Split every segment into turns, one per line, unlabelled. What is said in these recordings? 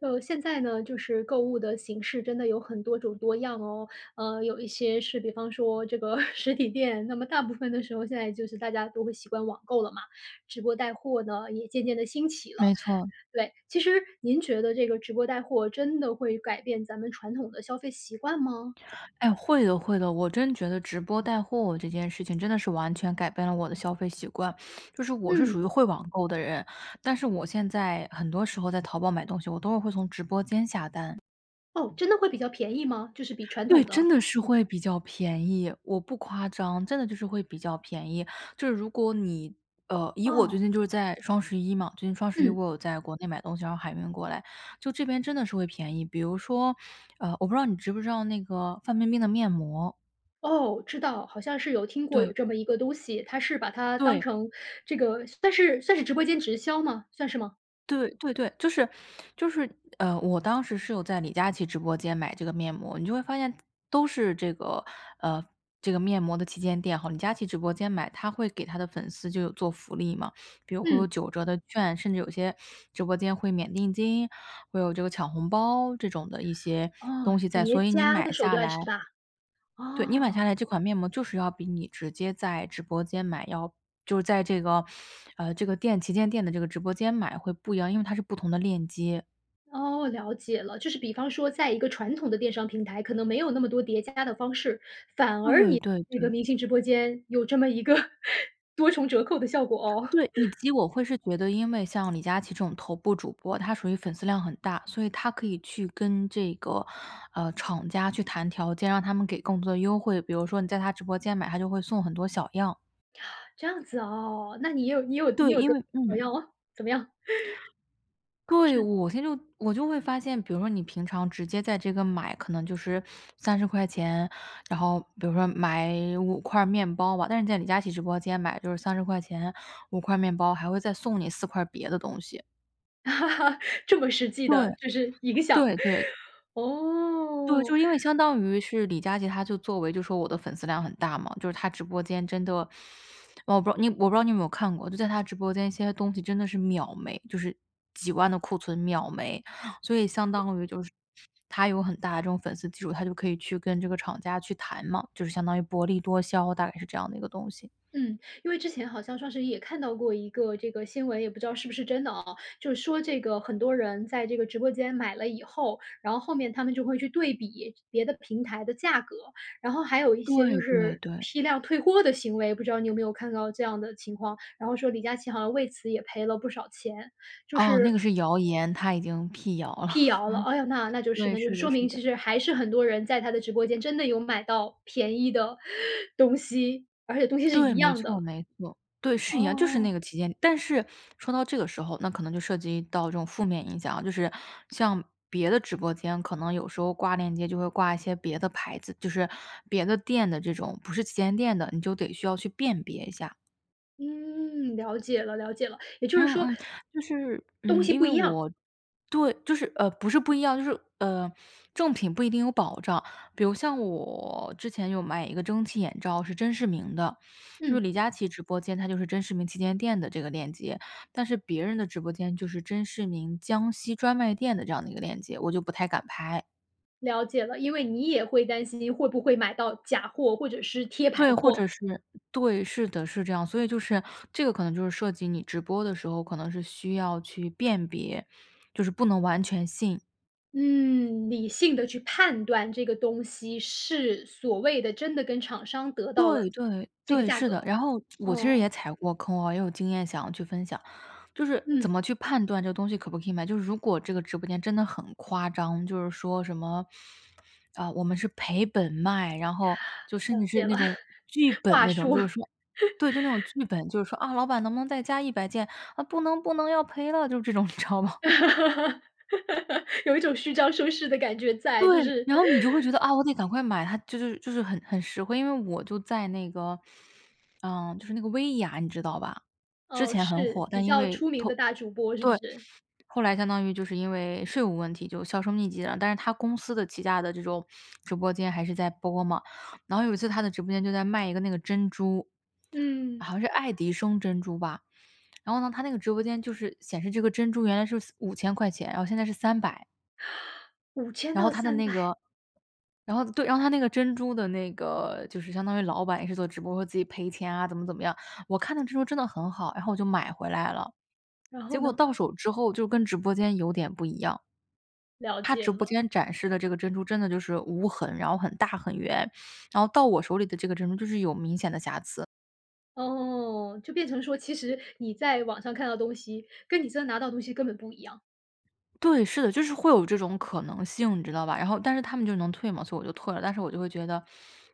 就现在呢，就是购物的形式真的有很多种多样哦。有一些是比方说这个 实体店，那么大部分的时候现在就是大家都会习惯网购了嘛。直播带货呢也渐渐的兴起了。
没错。
对，其实您觉得这个直播带货真的会改变咱们传统的消费习惯吗？
哎，会的会的，我真觉得直播带货这件事情真的是完全改变了我的消费习惯。就是我是属
嗯。
于会网购的人，但是我现在很多时候在淘宝买东西，我都是会从直播间下单。
哦，真的会比较便宜吗？就是比传
对，
统
真
的。
的是会比较便宜，我不夸张，真的就是会比较便宜。就是如果你以我最
哦，
近就是在双十一嘛，最近双十一
嗯。
我有在国内买东西，然后海运过来，就这边真的是会便宜。比如说，我不知道你知不知道那个范冰冰的面膜。
哦，知道，好像是有听过有
对，
这么一个东西，它是把它当
对，
成这个算是直播间直销吗？算是吗？
对对对，就是我当时是有在李佳琦直播间买这个面膜，你就会发现都是这个呃，这个面膜的旗舰店和李佳琦直播间买，他会给他的粉丝就有做福利嘛，比如会有
嗯。
九折的券，甚至有些直播间会免定金，会有这个抢红包这种的一些东
哦，
西在，所
叠
以你
加
买
的手
下
段
来
是吧？
对，你买下
哦。
来这款面膜就是要比你直接在直播间买要就是在这个，这个店旗舰店的这个直播间买会不一样，因为它是不同的链接。
哦，了解了，就是比方说在一个传统的电商平台，可能没有那么多叠加的方式，反而
对
你
对
那个
对，
明星直播间有这么一个 多重折扣的效果哦。
对，以及我会是觉得，因为像李佳琦这种头部主播，他属于粉丝量很大，所以他可以去跟这个，厂家去谈条件，让他们给更多的优惠。比如说你在他直播间买，他就会送很多小样。
这样子哦，那你有你有你
对，
有
因
得
为
怎么样
嗯。
哦？怎么样？
对，我现在就会发现，比如说你平常直接在这个买，可能就是三十块钱，然后比如说买五块面包吧，但是在李佳琦直播间买就是三十块钱五块面包，还会再送你4块别的东西。
哈哈，这么实际的，就
对，
是影响。
对对。对，就
哦。
是因为相当于是李佳琦，他就作为就说我的粉丝量很大嘛，就是他直播间真的，我不知道你有没有看过，就在他直播间一些东西真的是秒没，就是几万的库存秒没，所以相当于就是他有很大的这种粉丝基础，他就可以去跟这个厂家去谈嘛，就是相当于薄利多销，大概是这样的一个东西。
嗯。因为之前好像双11也看到过一个这个新闻，也不知道是不是真的啊，就是说这个很多人在这个直播间买了以后，然后后面他们就会去对比别的平台的价格，然后还有一些
对
就
对
是
对，
批量退货的行为，不知道你有没有看到这样的情况？然后说李佳琦好像为此也赔了不少钱，就
哦，
是
那个是谣言，他已经辟谣了。
辟 谣了，哎呀，那就是
对，
就是
是的
说
是
明
的。
其实还是很多人在他的直播间真的有买到便宜的 东西，而且东西是
对，
一
没
样
错
的。
没错，对，是一样，就是
哦。
那个期间。但是说到这个时候，那可能就涉及到这种负面影响啊就是像别的直播间，可能有时候挂链接就会挂一些别的牌子，就是别的店的这种不是旗舰店的，你就得需要去辨别一下。
嗯，了解了，也就是
嗯
说
嗯，就是，
东
嗯，
西
因
不
为
一样。
我对，就是不是不一样，就是正品不一定有保障。比如像我之前有买一个蒸汽眼罩，是甄视明的，就是
嗯，
李佳琦直播间，它就是甄视明旗舰店的这个链接，但是别人的直播间就是甄视明江西专卖店的这样的一个链接，我就不太敢拍。
了解了，因为你也会担心会不会买到假货或者是贴牌
对，或者
货。
是对，是的，是这样。所以就是这个可能就是涉及你直播的时候，可能是需要去辨别，就是不能完全信
嗯，理性的去判断这个东西是所谓的真的跟厂商得到了
对对
这个
对，
价
是的。
格。
然后我其实
哦。
也踩过坑哦，也有经验想要去分享，就是怎
嗯，
么去判断这个东西可不可以买。就是如果这个直播间真的很夸张，就是说什么啊、我们是赔本卖，然后就甚
了
至是
解
那
了。
种 剧本
话
那种，
术。
就是说。对，就那种剧本，就是说啊，老板能不能再加100件啊？不能，不能，要赔了，就是这种，你知道吧？
有一种虚张声势的感觉在，就
对，
是。
然后你就会觉得啊，我得赶快买，它就是很实惠。因为我就在那个，嗯，就是那个薇娅，你知道吧？之
哦，
前很
是
火，
比
但因
较
为
出名的大主播，是不
对，
是？
后来相当于就是因为税务问题就销声匿迹了。但是他公司的旗下的这种直播间还是在播嘛。然后有一次他的直播间就在卖一个那个珍珠，
嗯，
好像是爱迪生珍珠吧。然后呢，他那个直播间就是显示这个珍珠原来是5000块钱，然后现在是300。
5000
然后
到
他的
三
那
百，
个然后对，然后他那个珍珠的那个就是相当于老板也是做直播，说自己赔钱啊，怎么怎么样。我看那珍珠真的很好，然后我就买回来了。
然后
结
呢？
果到手之后就跟直播间有点不一样，
了
他
解
直播
了。
间展示的这个珍珠真的就是无痕，然后很大很圆，然后到我手里的这个珍珠就是有明显的瑕疵。
哦，就变成说，其实你在网上看到的东西，跟你真的拿到的东西根本不一样。
对，是的，就是会有这种可能性，你知道吧？然后但是他们就能退嘛，所以我就退了。但是我就会觉得，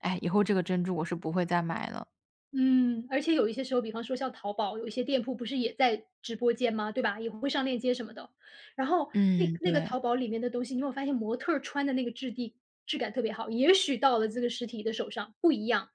哎，以后这个珍珠我是不会再买了。
嗯，而且有一些时候，比方说像淘宝，有一些店铺不是也在直播间吗？对吧？也会上链接什么的。然后
嗯，
那个
对。
淘宝里面的东西，你有没有发现模特儿穿的那个质地质感特别好，也许到了这个实体的手上不一样。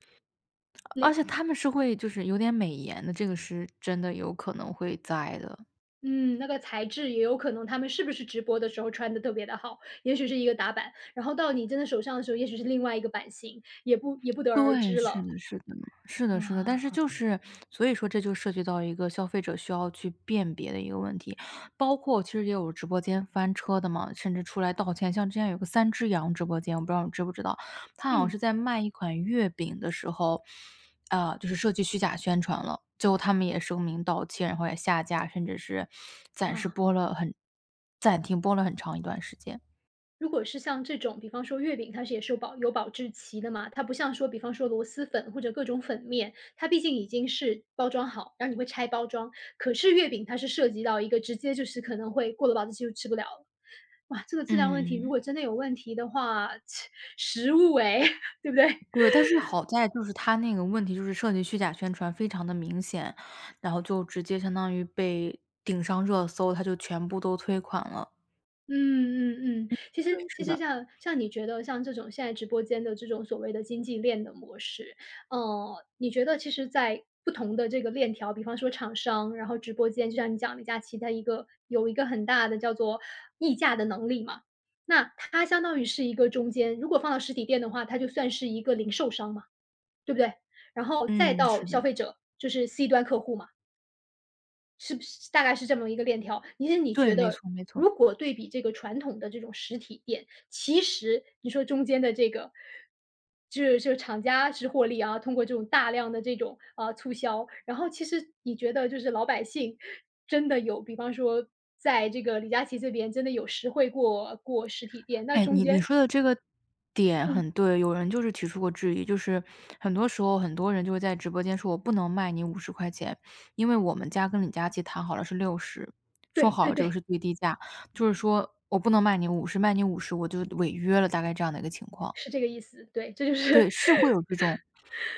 而且他们是会就是有点美颜的，这个是真的有可能会在的。
嗯，那个材质也有可能，他们是不是直播的时候穿的特别的好，也许是一个打版，然后到你真的手上的时候，也许是另外一个版型，也不得而
对，
知
是
了。
的，是的，是的，
哇。
是的。但是就是所以说这就涉及到一个消费者需要去辨别的一个问题。包括其实也有直播间翻车的嘛，甚至出来道歉。像之前有个三只羊直播间，我不知道你知不知道，他好像
嗯。
是在卖一款月饼的时候，啊，就是涉及虚假宣传了，最后他们也声明道歉，然后也下架，甚至是暂时
哇。
播了很暂停播了很长一段时间。
如果是像这种，比方说月饼，它是也是有保质期的嘛，它不像说，比方说螺蛳粉或者各种粉面，它毕竟已经是包装好，然后你会拆包装。可是月饼它是涉及到一个直接就是可能会过了保质期就吃不了了。哇，这个质量问题如
嗯嗯。
果真的有问题的话，食物诶，对不对？
对，但是好在就是他那个问题就是涉及虚假宣传非常的明显，然后就直接相当于被顶上热搜，他就全部都退款了。
嗯嗯嗯，其
对，
实
是
其实
的，
像你觉得像这种现在直播间的这种所谓的经济链的模式，你觉得其实在不同的这个链条，比方说厂商，然后直播间，就像你讲李佳琦他有一个很大的叫做溢价的能力嘛，那它相当于是一个中间，如果放到实体店的话，它就算是一个零售商嘛，对不对？然后再
嗯，
到
是
消
的，
费者，就是 C 端客户嘛。是不是大概是这么一个链条？其实你
对，
觉
没
得，
错没错。
如果对比这个传统的这种实体店，其实你说中间的这个，就是厂家是获利啊，通过这种大量的这种啊促销，然后其实你觉得就是老百姓真的有，比方说在这个李佳琦这边真的有实惠过实体店，那
哎，
中
你
间。
说的这个点
嗯，
很对，有人就是提出过质疑，就是很多时候很多人就会在直播间说我不能卖你50块钱，因为我们家跟李佳琦谈好了是60，说
对
好
对
了这个
对，
是最低价，就是说我不能卖你五十，卖你五十我就违约了，大概这样的一个情况。
是这个意思，对，这就是。
对，是会有这种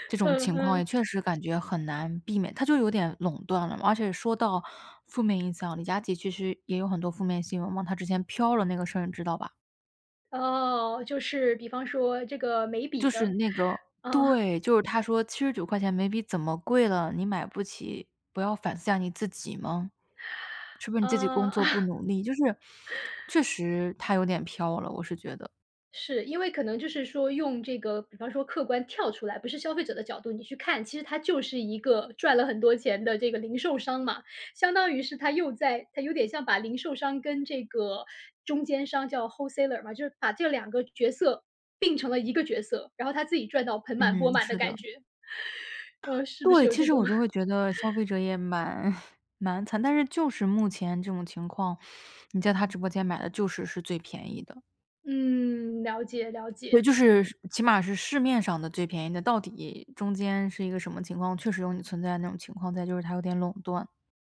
这 种
嗯
情况，也
嗯。
确实感觉很难避免，他就有点垄断了嘛而且说到负面影响，李佳琦其实也有很多负面新闻嘛，他之前飘了那个事儿，你知道吧？
哦，就是比方说这个眉
就
笔
是
的，
那个
啊、
对，就是他说79块钱眉笔怎么贵了，你买不起，不要反思下你自己吗？是不是你自己工
呃，
作 不努力？”就是确实他有点飘了，我是觉得。
是，因为可能就是说用这个，比方说客观跳出来，不是消费者的角度，你去看，其实它就是一个赚了很多钱的这个零售商嘛，相当于是他又在，他有点像把零售商跟这个中间商叫 wholesaler 嘛，就是把这两个角色并成了一个角色，然后他自己赚到盆满
嗯，
钵满的
是
感
的。
觉。是不是
对，
有
其
这
实
种？
我就 会觉得消费者也蛮 蛮惨，但是就是目前这种情况，你在他直播间买的就是最便宜的。
嗯，了解了
对，
解。
就是起码是市面上的最便宜的，到底中间是一个什么情况，确实有你存在的那种情况在，就是它有点垄断。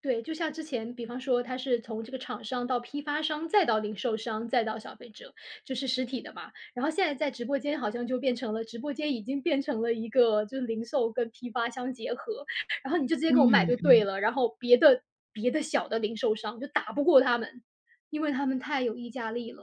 对，就像之前，比方说它是从这个厂商到批发商，再到零售商，再到消费者，就是实体的嘛。然后现在在直播间好像就变成了，直播间已经变成了一个就是零售跟批发相结合，然后你就直接给我买
嗯，
就对了。然后别的小的零售商就打不过他们，因为他们太有议价力了，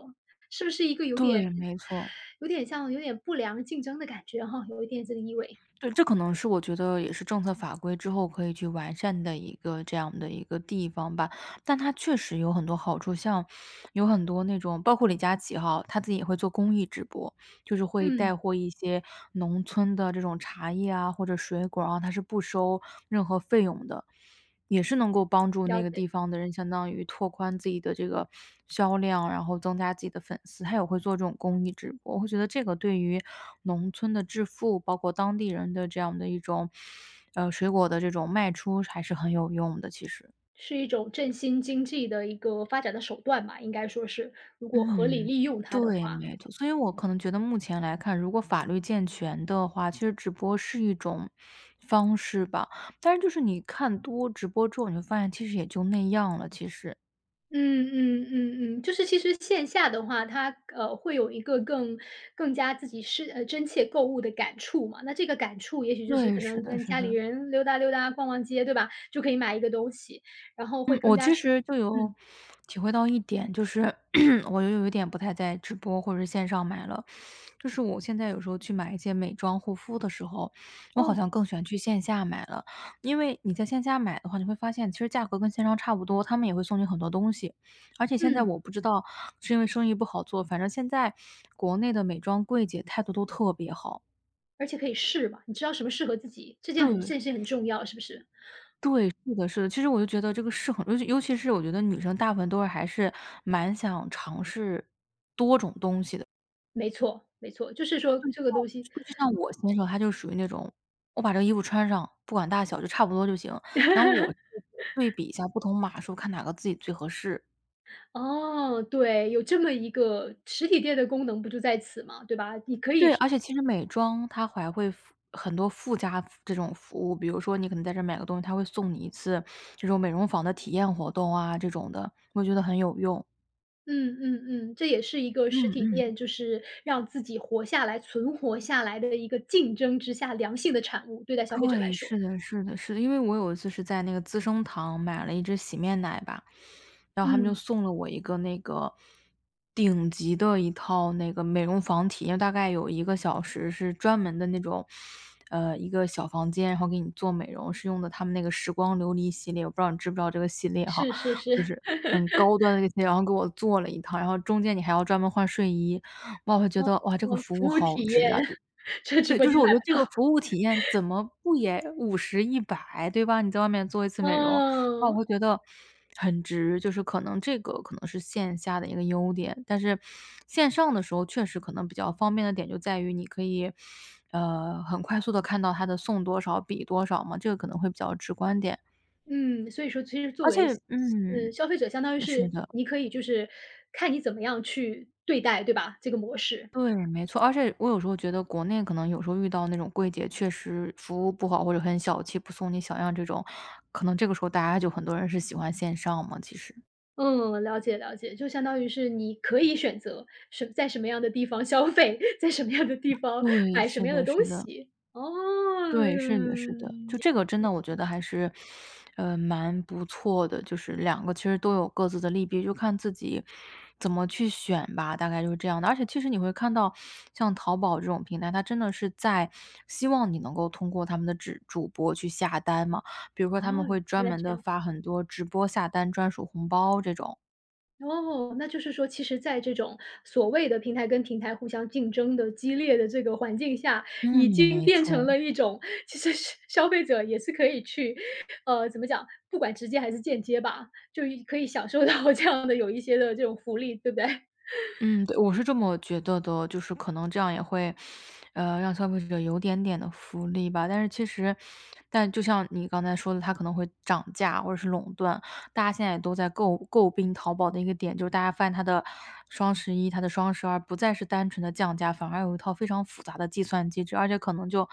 是不是一个有点
对，没错。
有点像有点不良竞争的感觉哈，有一点这个意味。
对，这可能是我觉得也是政策法规之后可以去完善的一个这样的一个地方吧。但它确实有很多好处，像有很多那种包括李佳琦哈，他自己也会做公益直播，就是会
嗯，
带货一些农村的这种茶叶啊，或者水果啊，他是不收任何费用的。也是能够帮助那
了
个
解。
地方的人，相当于拓宽自己的这个销量，然后增加自己的粉丝。他也会做这种公益直播，我会觉得这个对于农村的致富，包括当地人的这样的一种，水果的这种卖出还是很有用的，其实。
是一种振兴经济的一个发展的手段吧，应该说是，如果合理
嗯，
利用它的
对，
话。
没错。所以我可能觉得目前来看，如果法律健全的话，其实直播是一种方式吧。但是就是你看多直播之后，你会发现其实也就那样了，其实。
嗯嗯嗯嗯，就是其实线下的话，它，会有一个更加自己是真切购物的感触嘛，那这个感触也许就是
对，
可
是
能
的
跟
是
家里
的。
人溜达溜达、逛逛街，对吧？就可以买一个东西，然后
嗯，
会更
我
加
其
是。
实就有
嗯。
体会到一点，就是 我又有一点不太在直播或者是线上买了。就是我现在有时候去买一些美妆护肤的时候，我好
哦。
像更喜欢去线下买了。因为你在线下买的话，你会发现其实价格跟线上差不多，他们也会送你很多东西。而且现在
嗯，
我不知道是因为生意不好做，反正现在国内的美妆柜姐态度都特别好。
而且可以试嘛，你知道什么适合自己，
对。
这件事很重要，是不是？
对，是的，是的。其实我就觉得这个是很尤其是我觉得女生大部分都是还是蛮想尝试东西的。
没错没错，就是说这个东西。
就像我先生他就属于那种，我把这个衣服穿上，不管大小就差不多就行。然后我对比一下不同码数，看哪个自己最合适。
哦，对，有这么一个实体店的功能不就在此嘛，对吧？你可以
对，
是。
而且其实美妆它还会附很多附加服这种服务，比如说你可能在这儿买个东西，它会送你一次这种美容坊的体验活动啊，这种的，我觉得很有用。
嗯嗯嗯，这也是一个
嗯
实体
嗯。
店，就是让自己活下来、存活下来的一个竞争之下良性的产物，对待消费者来
对，
说。
是的，是的，是的。因为我有一次是在那个资生堂买了一支洗面奶吧，然后他们就
嗯，
送了我一个那个顶级的一套那个美容房体因为大概有一个小时是专门的那种，一个小房间，然后给你做美容，是用的他们那个时光琉璃系列，我不知道你知不知道这个系列哈，
是是
就
是，
是很高端的那些，然后给我做了一套，然后中间你还要专门换睡衣。哇，我觉得，哇，这个
我
服
服
务
务
好
体验，
值啊！
这直
对，
播
就是
间
我觉
买
得
不
这个
到。
服务体验怎么不也50、100，对吧？你在外面做一次美容，那我
嗯。
会觉得很值，就是可能这个可能是线下的一个优点。但是线上的时候确实可能比较方便的点就在于你可以，很快速的看到它的送多少、比多少嘛，这个可能会比较直观点。
嗯，所以说其实作
而且
为
嗯，
嗯消费者相当于
是
是
的。
你可以就是看你怎么样去对待，对吧？这个模式。
对，没错。而且我有时候觉得国内可能有时候遇到那种柜姐确实服务不好，或者很小气，不送你小样这种，可能这个时候大家就很多人是喜欢线上嘛，其实。
嗯，了解了解，就相当于是你可以选择在什么样的地方消费，在什么样的地方
对，
买什
是
么样的
的
东
是的。
西。哦。
对，是的，是的，就
嗯。
这个真的我觉得还是，蛮不错的，就是两个其实都有各自的利弊，就看自己怎么去选吧，大概就是这样的。而且其实你会看到像淘宝这种平台，它真的是在希望你能够通过他们的直主播去下单嘛，比如说
哦，
他们会专
原来
门
这
的
样。
发很多直播下单专属红包这种。
哦，那就是说，其实在这种所谓的平台跟平台互相竞争的激烈的这个环境下，已
嗯，
经
没
变成
错。
了一种，其实是消费者也是可以去，怎么讲，不管直接还是间接吧，就可以享受到这样的有一些的这种福利，对不对？
嗯，对，我是这么觉得的哦，就是可能这样也会，让消费者有点点的福利吧。但是其实，但就像你刚才说的，它可能会涨价或者是垄断。大家现在也都在诟病淘宝的一个点，就是大家发现它的双十一、它的双12不再是单纯的降价，反而有一套非常复杂的计算机制，而且可能就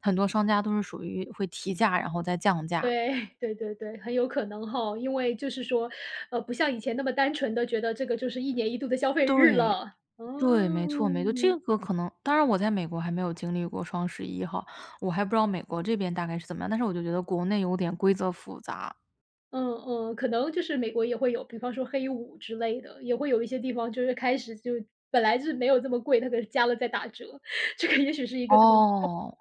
很多商家都是属于会提价然后再降价。
对 对对对，很有可能哈，因为就是说，不像以前那么单纯的觉得这个就是一年一度的消费日
对，
了。
对，没错，这
嗯。
个可能当然我在美国还没有经历过双十一哈，我还不知道美国这边大概是怎么样，但是我就觉得国内有点规则复杂。
嗯嗯，可能就是美国也会有，比方说黑五之类的，也会有一些地方就是开始就本来是没有这么贵，它可是加了再打折，这个也许是一个同。
哦。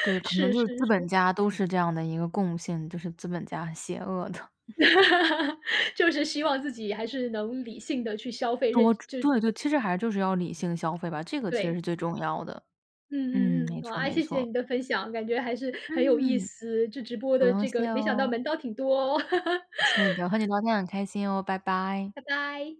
对，可能
是
就
是
是资本
是，
家都是这样的一个共性，就是资本家很邪恶的，
就是希望自己还是能理性的去消费，认
多
就
对对，其实还就是要理性消费吧，这个其实
对。
是最重要的。嗯，
嗯嗯嗯，
没错
哇，
没
谢谢
错。
你的分享，感觉还是很有意
嗯，
思，这直播
不
的
用
这
谢
个没想到
哦，
门道挺多哦。
是的，和你聊天很开心哦，拜拜。
拜拜。